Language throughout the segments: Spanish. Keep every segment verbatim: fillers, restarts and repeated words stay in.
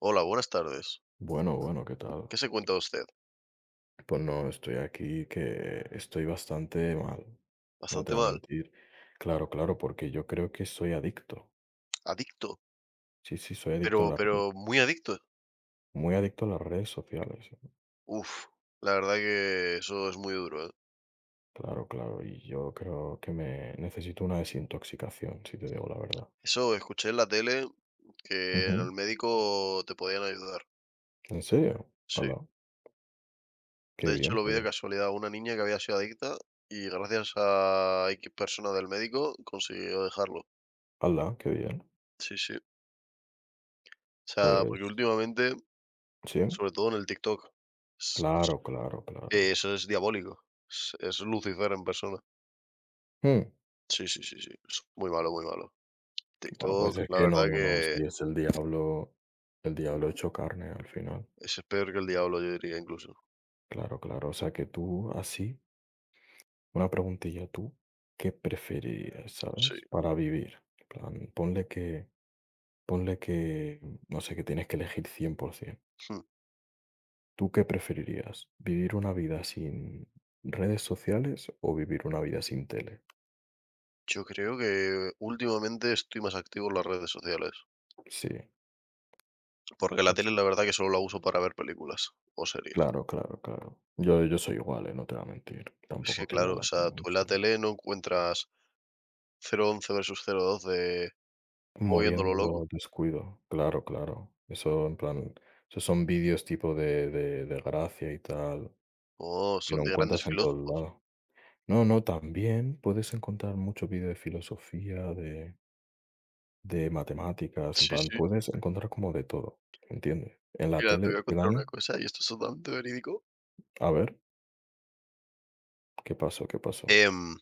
Hola, buenas tardes. Bueno, bueno, ¿qué tal? ¿Qué se cuenta usted? Pues no, estoy aquí que estoy bastante mal, no te Bastante voy a mal. mentir. Claro, claro, porque yo creo que soy adicto. Adicto, Sí, sí, soy adicto a pero, las redes, pero muy adicto. muy adicto a las redes sociales. Uf, la verdad que eso es muy duro, ¿eh? Claro, claro, y yo creo que me necesito una desintoxicación, si te digo la verdad. Eso escuché en la tele que en Ujú. el médico te podían ayudar. ¿En serio? Sí. Hola, qué De hecho, bien, lo vi pues. de casualidad. Una niña que había sido adicta y gracias a X persona del médico consiguió dejarlo. Hola, qué bien. Sí, sí. O sea, porque Pues, últimamente, sí, sobre todo en el TikTok, es- claro, claro, claro. es- eso es diabólico. Es, es Lucifer en persona. Hmm. Sí, sí, sí, sí. Es muy malo, muy malo. Guau, pues TikTok, es la que no, verdad no, no, si que es el diablo, el diablo hecho carne al final. ese es peor que el diablo, yo diría incluso. Claro, claro. O sea que tú, así, una preguntilla, ¿tú qué preferirías, Sí. sabes? Para vivir. En plan, ponle que, ponle que, no sé, que tienes que elegir cien por cien. Hm. ¿Tú qué preferirías? ¿Vivir una vida sin redes sociales o vivir una vida sin tele? Yo creo que últimamente estoy más activo en las redes sociales, Sí, porque no la tele sé. la verdad que solo la uso para ver películas o series. Claro, claro, claro. Yo, yo soy igual, eh, no te voy a mentir. Es Tampoco que es que vea claro, o la tele sea, tú en la mucho. tele no encuentras cero once versus cero doce moviéndolo Moviéndolo loco. descuido, claro, claro. Eso en plan, esos son vídeos tipo de de de gracia y tal, No, que son lo de grandes encuentras en todos filósofos. lados. No, no, también puedes encontrar mucho vídeo de filosofía, de de matemáticas, en Sí, plan, sí. puedes encontrar como de todo, ¿entiendes? En la Mira, te tele voy a te contar una dan. cosa, y esto es totalmente verídico, A ver, ¿qué pasó? ¿Qué pasó? em,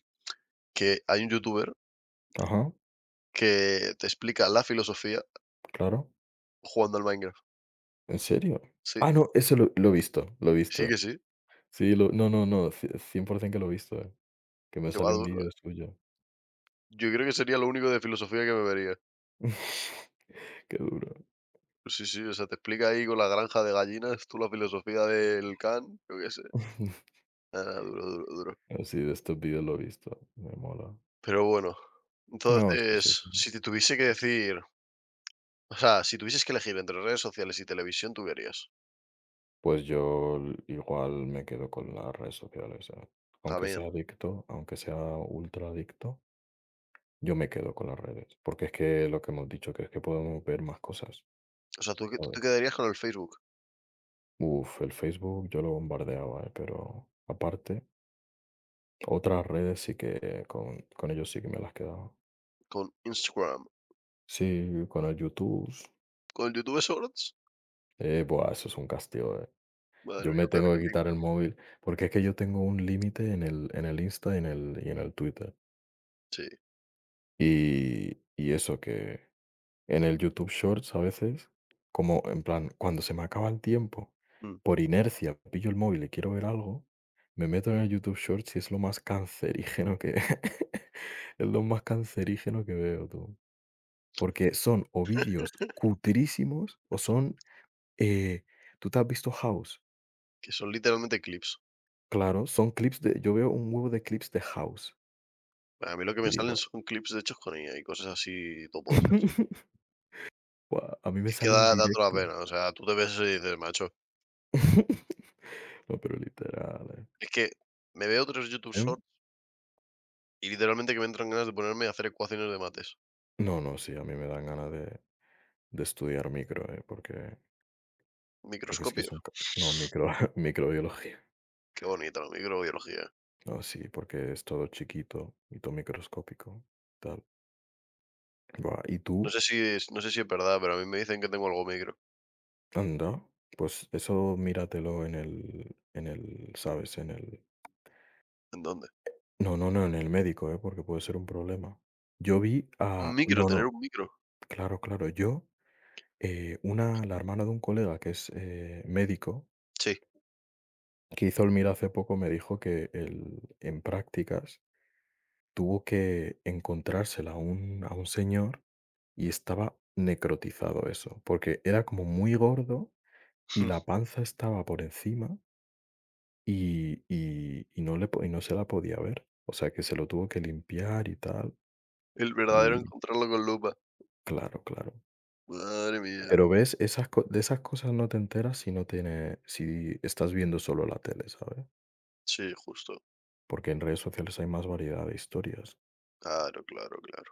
que hay un youtuber Ajá, que te explica la filosofía claro, jugando al Minecraft. ¿en serio? Sí, Ah, no, eso lo lo he visto, lo he sí visto. que sí, Sí, lo no, no, no, ci- cien por cien por cien que lo he visto, eh, que me que va sale un duro, vídeo ¿eh? suyo. Yo creo que sería lo único de filosofía que me vería. Qué duro. Sí, sí, o sea, te explica ahí con la granja de gallinas, tú la filosofía del Kant, yo qué sé. Ah, duro, duro, duro. Así de estos vídeos lo he visto, me mola. Pero bueno, No, sí, sí, entonces, sí. si te tuviese que decir, o sea, si tuvieses que elegir entre redes sociales y televisión, ¿tú qué harías? Pues yo l- igual me quedo con las redes sociales, ¿sabes? Aunque sea También. adicto, aunque sea ultra adicto, yo me quedo con las redes, porque es que lo que hemos dicho, que es que podemos ver más cosas, O sea, ¿tú, qué- tú ¿sabes? te quedarías con el Facebook, Uf, el Facebook yo lo bombardeaba, ¿eh? Pero aparte, otras redes sí que con, con ellos sí que me las quedaba. con Instagram, Sí, con el YouTube, con el YouTube Shorts? eh, buah, eso es un castigo, ¿eh? Madre Yo me mía, peor tengo que que el quitar el TikTok. móvil, porque es que yo tengo un límite en el en el Insta y en el y en el Twitter. Sí. Y y eso, que en el YouTube Shorts a veces, como en plan, cuando se me acaba el tiempo, Mm. por inercia pillo el móvil y quiero ver algo, me meto en el YouTube Shorts y es lo más cancerígeno que es lo más cancerígeno que veo, tú. Porque son o vídeos cutrísimos o son, eh, ¿tú te has visto House? Que son literalmente clips. Claro, son clips de yo veo un huevo de clips de House. A mí lo que Y me salen digo, son clips de hechos con I A y cosas así topochas. guau, a mí me Es que da salen da toda la directo. pena, o sea, tú te ves eso y dices: "Macho, No, pero literal, eh. es que me veo otros YouTube ¿Sí? Shorts y literalmente que me entran ganas de ponerme a hacer ecuaciones de mates". No, no, sí, a mí me dan ganas de de estudiar micro, eh, porque porque es que es un Microscopios, ca no, micro microbiología. qué bonito, la microbiología. No, sí, porque es todo chiquito y todo microscópico, tal. Buah, ¿y No tú? sé si es no sé si es verdad, pero a mí me dicen que tengo algo micro. Anda, pues eso míratelo en el en el, ¿sabes? En el ¿En dónde? no, no, no, en el médico, eh, porque puede ser un problema. Yo vi Un a micro, no, tener no, un micro. claro, claro, yo Eh, una la hermana de un colega que es, eh, médico, Sí, que hizo el MIR hace poco, me dijo que él, en prácticas, tuvo que encontrársela a un a un señor y estaba necrotizado eso, porque era como muy gordo y la panza estaba por encima y y y no le po y no se la podía ver. O sea, que se lo tuvo que limpiar y tal, el verdadero y encontrarlo con lupa. claro, claro. Madre mía. Pero, ¿ves? Esas co de esas cosas no te enteras si no tiene si estás viendo solo la tele, ¿sabes? Sí, justo. Porque en redes sociales hay más variedad de historias. Claro, claro, claro.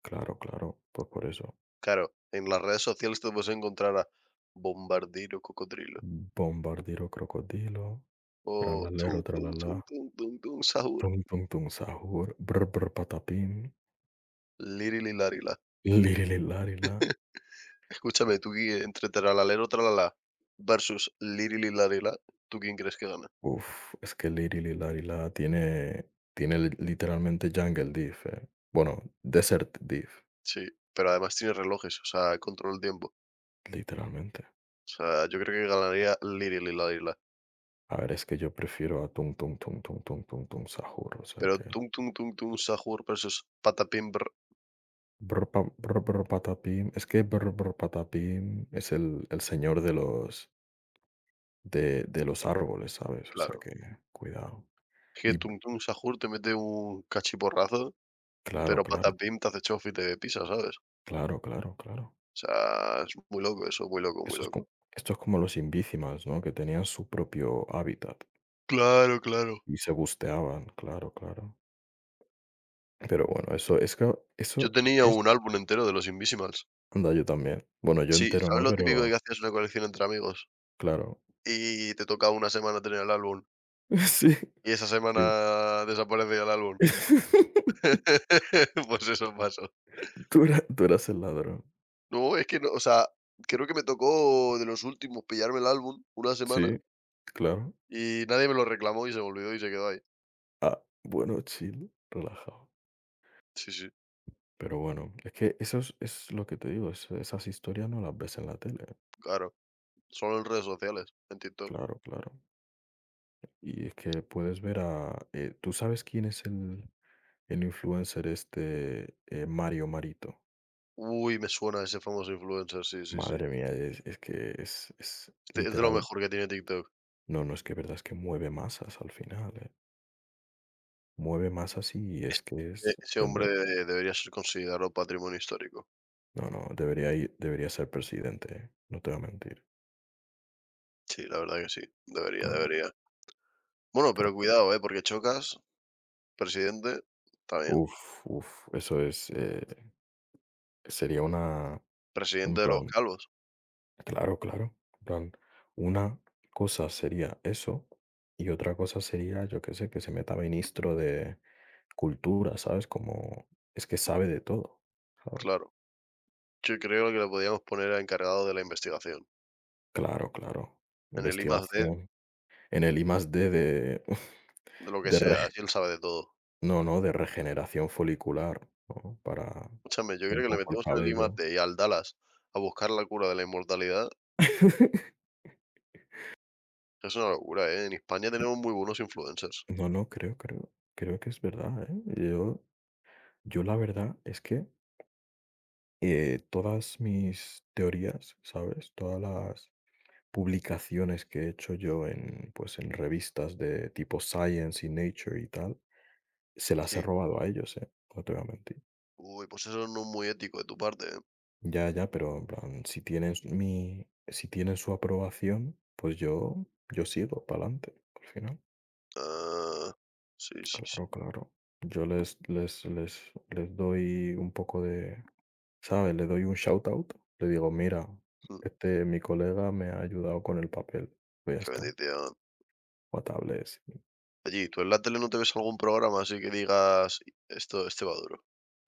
Claro, claro, pues por eso. Claro, en las redes sociales te puedes encontrar a Bombardiro Cocodrilo Bombardiro crocodilo, o Tum tralalero, Tum Tum tralala. Tum Tum Tum Sahur, tum, tum, tum, sahur, brr, brr, patapín, Liri. lirililarila. Escúchame, tú que entre Tralalero Tralala versus Lirililarila, ¿tú quién crees que gana? Uf, es que lirililarila tiene, tiene li- literalmente Jungle Diff, eh. Bueno, Desert Diff, Sí, pero además tiene relojes, o sea, controla el tiempo. literalmente. O sea, yo creo que ganaría Lirililarila. A ver, es que yo prefiero a tum, tum, tum, tum, tum, tum, tum, sahur, o sea Pero que Tung Tung Tung Tung Sahur versus Patapim, brr, Brr, pa- brr, brr, patapim. Es que brr, brr, patapim es el, el señor de los, de, de los árboles, ¿sabes? O sea claro. que cuidado. Que Y b- Tung Tung Sahur te mete un cachiporrazo, claro, pero claro, Patapim te hace chof y te pisa, ¿sabes? claro, claro, claro. O sea, es muy loco eso, muy loco, muy Esto es, co- loco. esto es como los imbícimas, ¿no? Que tenían su propio hábitat Claro, claro. y se busteaban, claro, claro. Pero bueno, eso es que Yo eso tenía es. un álbum entero de los Invisimals. Anda, yo también. Bueno, yo Sí, entero ¿sabes no, lo típico de que pero hacías una colección entre amigos claro. y te toca una semana tener el álbum? Sí, Y esa sí. semana desaparece el álbum. Pues eso pasó. Tú era- tú eras el ladrón. No, es que no, o sea, creo que me tocó de los últimos pillarme el álbum una semana Sí, claro. y nadie me lo reclamó y se me olvidó y se quedó ahí. Ah, bueno, chill, relajado. Sí, sí, Pero bueno, es que eso es, es lo que te digo, es- esas historias no las ves en la tele. claro. Solo en redes sociales, en TikTok. Claro, claro. Y es que puedes ver a. Eh, ¿tú sabes quién es el, el influencer este eh, Mario Marito? Uy, me suena ese famoso influencer, sí, sí, sí. Madre mía, es, es que es, es Este es de lo literal. mejor que tiene TikTok. No, no es que verdad, es que mueve masas al final, eh. Mueve masas y es que es E- Ese hombre tenden-. de- debería ser considerado patrimonio histórico. No, no, debería ir, debería ser presidente, eh, no te voy a mentir. Sí, la verdad que sí. Debería, No, no. debería. Bueno, pero cuidado, ¿eh? Porque chocas, presidente, también. Uf, uf, eso es, eh, sería una, un Presidente de los plan, calvos, claro, claro, en plan, una cosa sería eso y otra cosa sería, yo qué sé, que se meta ministro de cultura, ¿sabes? Como es que sabe de todo, ¿sabes? claro. Yo creo que le podíamos poner a encargado de la investigación, Claro, claro, en el I más D, investigación en el I más D de, de lo que de sea, reg- así él sabe de todo. no, no, de regeneración folicular, ¿no? Para Escúchame, yo creo un que le poco el metemos en el cabello. I más D y al Dallas a buscar la cura de la inmortalidad, es una locura, ¿eh? En España tenemos muy buenos influencers. No, no, creo, creo, creo que es verdad, ¿eh? Yo Yo la verdad es que, eh, todas mis teorías, ¿sabes? Todas las publicaciones que he hecho yo en, pues, en revistas de tipo Science y Nature y tal, se las he Sí. robado a ellos, ¿eh? No te voy a mentir. Uy, pues eso no es muy ético de tu parte, ¿eh? Ya, ya, pero en plan, si tienen mi si tienen su aprobación, pues yo yo sigo para adelante, al final. Ah, sí, sí, sí, Claro, claro. Yo les les les les doy un poco de ¿sabes? Le doy un shout out, le digo: "Mira, mm, este, mi colega me ha ayudado con el papel". Pues ya qué está, bendición. notables. ¿Allí tú en la tele no te ves algún programa así que digas: "Esto este va duro"?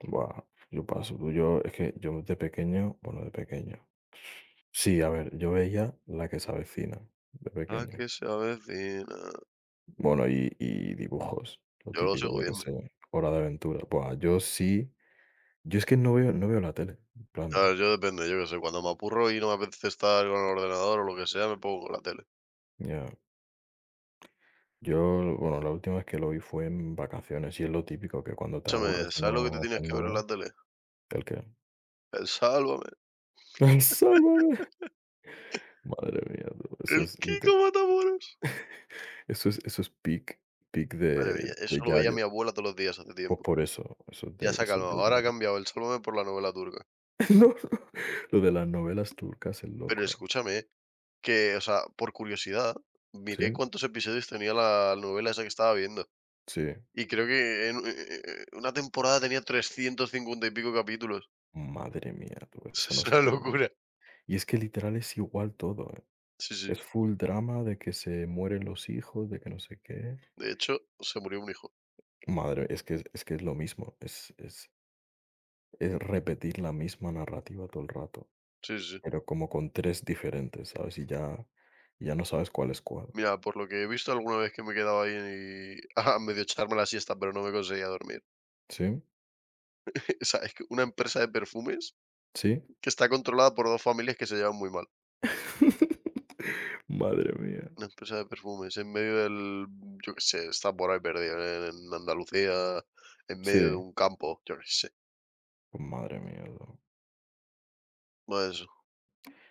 Buah, yo paso, tú, yo es que yo de pequeño, bueno, de pequeño. Sí, a ver, yo veía La que se avecina, de A pequeño. que se avecina. Bueno, y y dibujos, lo Yo lo típico, sigo yo qué viendo. sé, Hora de Aventura. Buah, yo sí yo es que no veo no veo la tele, en Claro, plan, yo depende, yo qué sé, cuando me apurro y no me apetece estar con el ordenador o lo que sea, me pongo con la tele. ya. Yo, bueno, la última vez que lo vi fue en vacaciones, y es lo típico que cuando te aburres Escúchame, y ¿sabes lo que te no tienes haces que ver en nada. la tele? ¿El qué? El Sálvame, Sálvame. Madre mía, no, eso el es Kiko lite Matamoros. eso es eso es peak peak Madre de mía, de eso lo veía Yayo. mi abuela todos los días hace Pues tiempo. por eso, eso es Ya de se ha eso es calmado, de ahora ha Yayo. cambiado el Sálvame por la novela turca. No, no, lo de las novelas turcas es Pero loco, ¿eh? escúchame, que, o sea, por curiosidad, Sí, miré cuántos episodios tenía la novela esa que estaba viendo. sí. Y creo que en eh, eh, una temporada tenía trescientos cincuenta y pico capítulos. Madre mía, tú, eso no Es se una termina. locura. Y es que literal es igual todo, ¿eh? Sí, sí. Es full drama de que se mueren los hijos, de que no sé qué. De hecho, se murió un hijo. Madre, es que es es que es lo mismo, es es es repetir la misma narrativa todo el rato. Sí, sí, sí. Pero como con tres diferentes, ¿sabes? Y ya y ya no sabes cuál es cuál. Mira, por lo que he visto alguna vez que me he quedado ahí y- a medio echarme la siesta, pero no me conseguía dormir. ¿Sí? O sea, es que una empresa de perfumes ¿Sí? que está controlada por dos familias que se llevan muy mal. Madre mía. Una empresa de perfumes en medio del, yo qué sé, está por ahí perdida en Andalucía, en medio de Sí, un campo, yo qué sé. madre mía, no. Bueno, eso,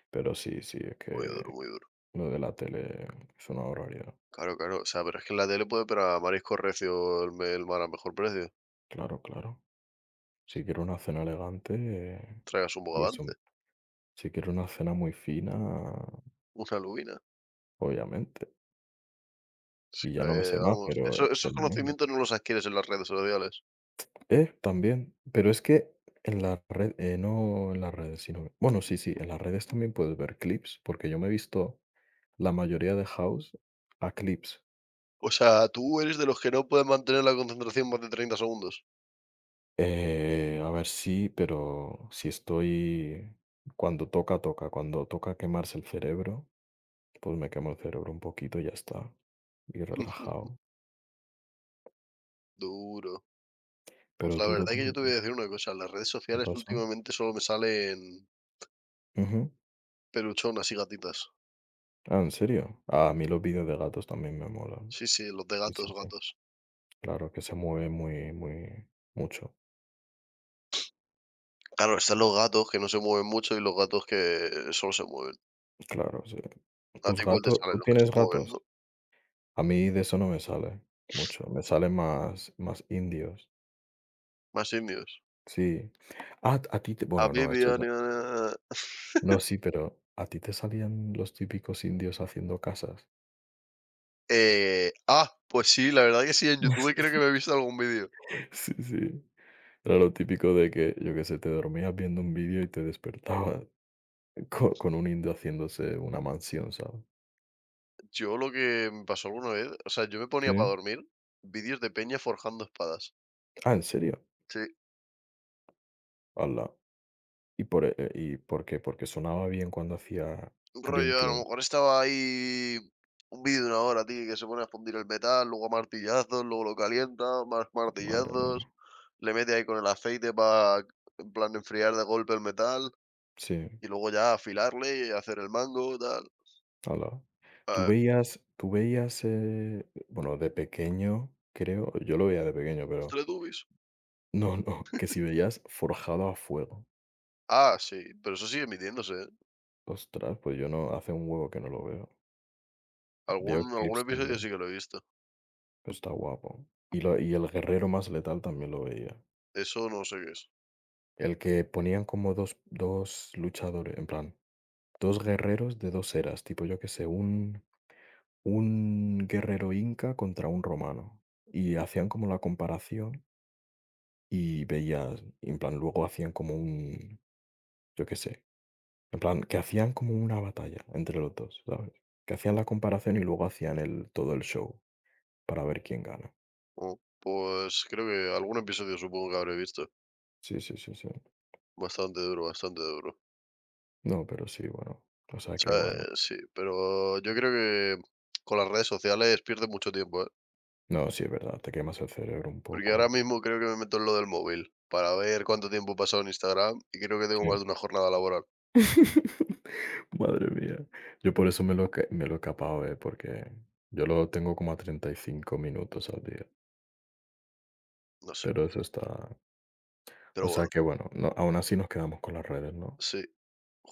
Pero sí, sí, es muy duro, que muy duro. lo de la tele es una barbaridad. Claro, claro. O sea, pero es que en la tele puede pero a marisco recio el, me- el mar a mejor precio. Claro, claro. Si quiero una cena elegante, eh, Traigas un yo eso. bogavante, Si quiero una cena muy fina, una lubina. obviamente. Y ya no me Eh, sé más, vamos, pero eso- es que esos es lo mismo. conocimientos no los adquieres en las redes sociales. Eh, también, pero es que en la red, eh, no en las redes, sino bueno, sí, sí, en las redes también puedes ver clips, porque yo me he visto la mayoría de House a clips. O sea, tú eres de los que no pueden mantener la concentración más de treinta segundos. Eh, a ver, sí, pero si estoy cuando toca, toca, cuando toca quemarse el cerebro, pues me quemo el cerebro un poquito y ya está, y Mm, relajado. duro. Pues Pero la verdad duro, es que yo duro, te voy a decir una cosa, las redes ¿qué sociales pasa? últimamente solo me salen Ujú. peluchonas y gatitas. Ah, ¿en serio? Ah, a mí los vídeos de gatos también me molan. Sí, sí, los de Sí, gatos, sí, sí. gatos. Claro, que se mueve muy, muy mucho. Claro, están los gatos que no se mueven mucho y los gatos que solo se mueven. Claro, sí. A ¿Tus ti igual te gatos tú salen los que tienes se mueven, gatos? ¿no? A mí de eso no me sale mucho, me salen más más indios. Más indios. Sí. Ah, a ti te A bueno, mí no, me eso iban ya. No, sí, pero ¿a ti te salían los típicos indios haciendo casas? eh, ah, pues sí, la verdad que sí, en YouTube creo que me he visto algún vídeo. Sí, sí. Era lo típico de que, yo que sé, te dormías viendo un vídeo y te despertabas co con un indio haciéndose una mansión, ¿sabes? Yo lo que me pasó alguna vez, o sea, yo me ponía para Sí. dormir vídeos de peña forjando espadas. Ah, ¿en serio? Sí, Hala. ¿Y por, eh, y por qué? ¿Porque sonaba bien cuando hacía un clink, rollo, a lo clink? mejor estaba ahí un vídeo de una hora, tío, que se pone a fundir el metal, luego a martillazos, luego lo calienta, más Madre martillazos, mía. le mete ahí con el aceite para, en plan, enfriar de golpe el metal Sí, y luego ya afilarle y hacer el mango, tal. hala. ¿Tú Ah, veías Tú veías, eh, bueno, de pequeño, creo, yo lo veía de pequeño, los pero Teletubbies. no, no, que si veías Forjado a fuego? Ah, sí, pero eso sigue emitiéndose, ¿eh? Ostras, pues yo no, hace un huevo que no lo veo. Algún, Veo algún clips episodio también, sí que lo he visto. pero está guapo. Y lo y El guerrero más letal también lo veía. Eso no sé qué es. El que ponían como dos dos luchadores, en plan, dos guerreros de dos eras, tipo, yo qué sé, un un guerrero inca contra un romano, y hacían como la comparación. Y veías, en plan, luego hacían como un, yo qué sé, en plan, que hacían como una batalla entre los dos, ¿sabes? Que hacían la comparación y luego hacían el, todo el show para ver quién gana. Oh, pues creo que algún episodio supongo que habré visto. Sí, sí, sí, sí. Bastante duro, bastante duro. No, pero sí, bueno. O sea que, Sea, bueno. eh, sí, pero yo creo que con las redes sociales pierdes mucho tiempo, ¿eh? No, sí, es verdad, te quemas el cerebro un Porque ahora poco. mismo creo que me meto en lo del móvil para ver cuánto tiempo he pasado en Instagram y creo que tengo Sí. más de una jornada laboral. Madre mía. Yo por eso me lo, que- me lo he capado, ¿eh? Porque yo lo tengo como a treinta y cinco minutos al día. No sé, Pero eso está. O pero sea bueno, que, bueno, no, aún así nos quedamos con las redes, ¿no? sí.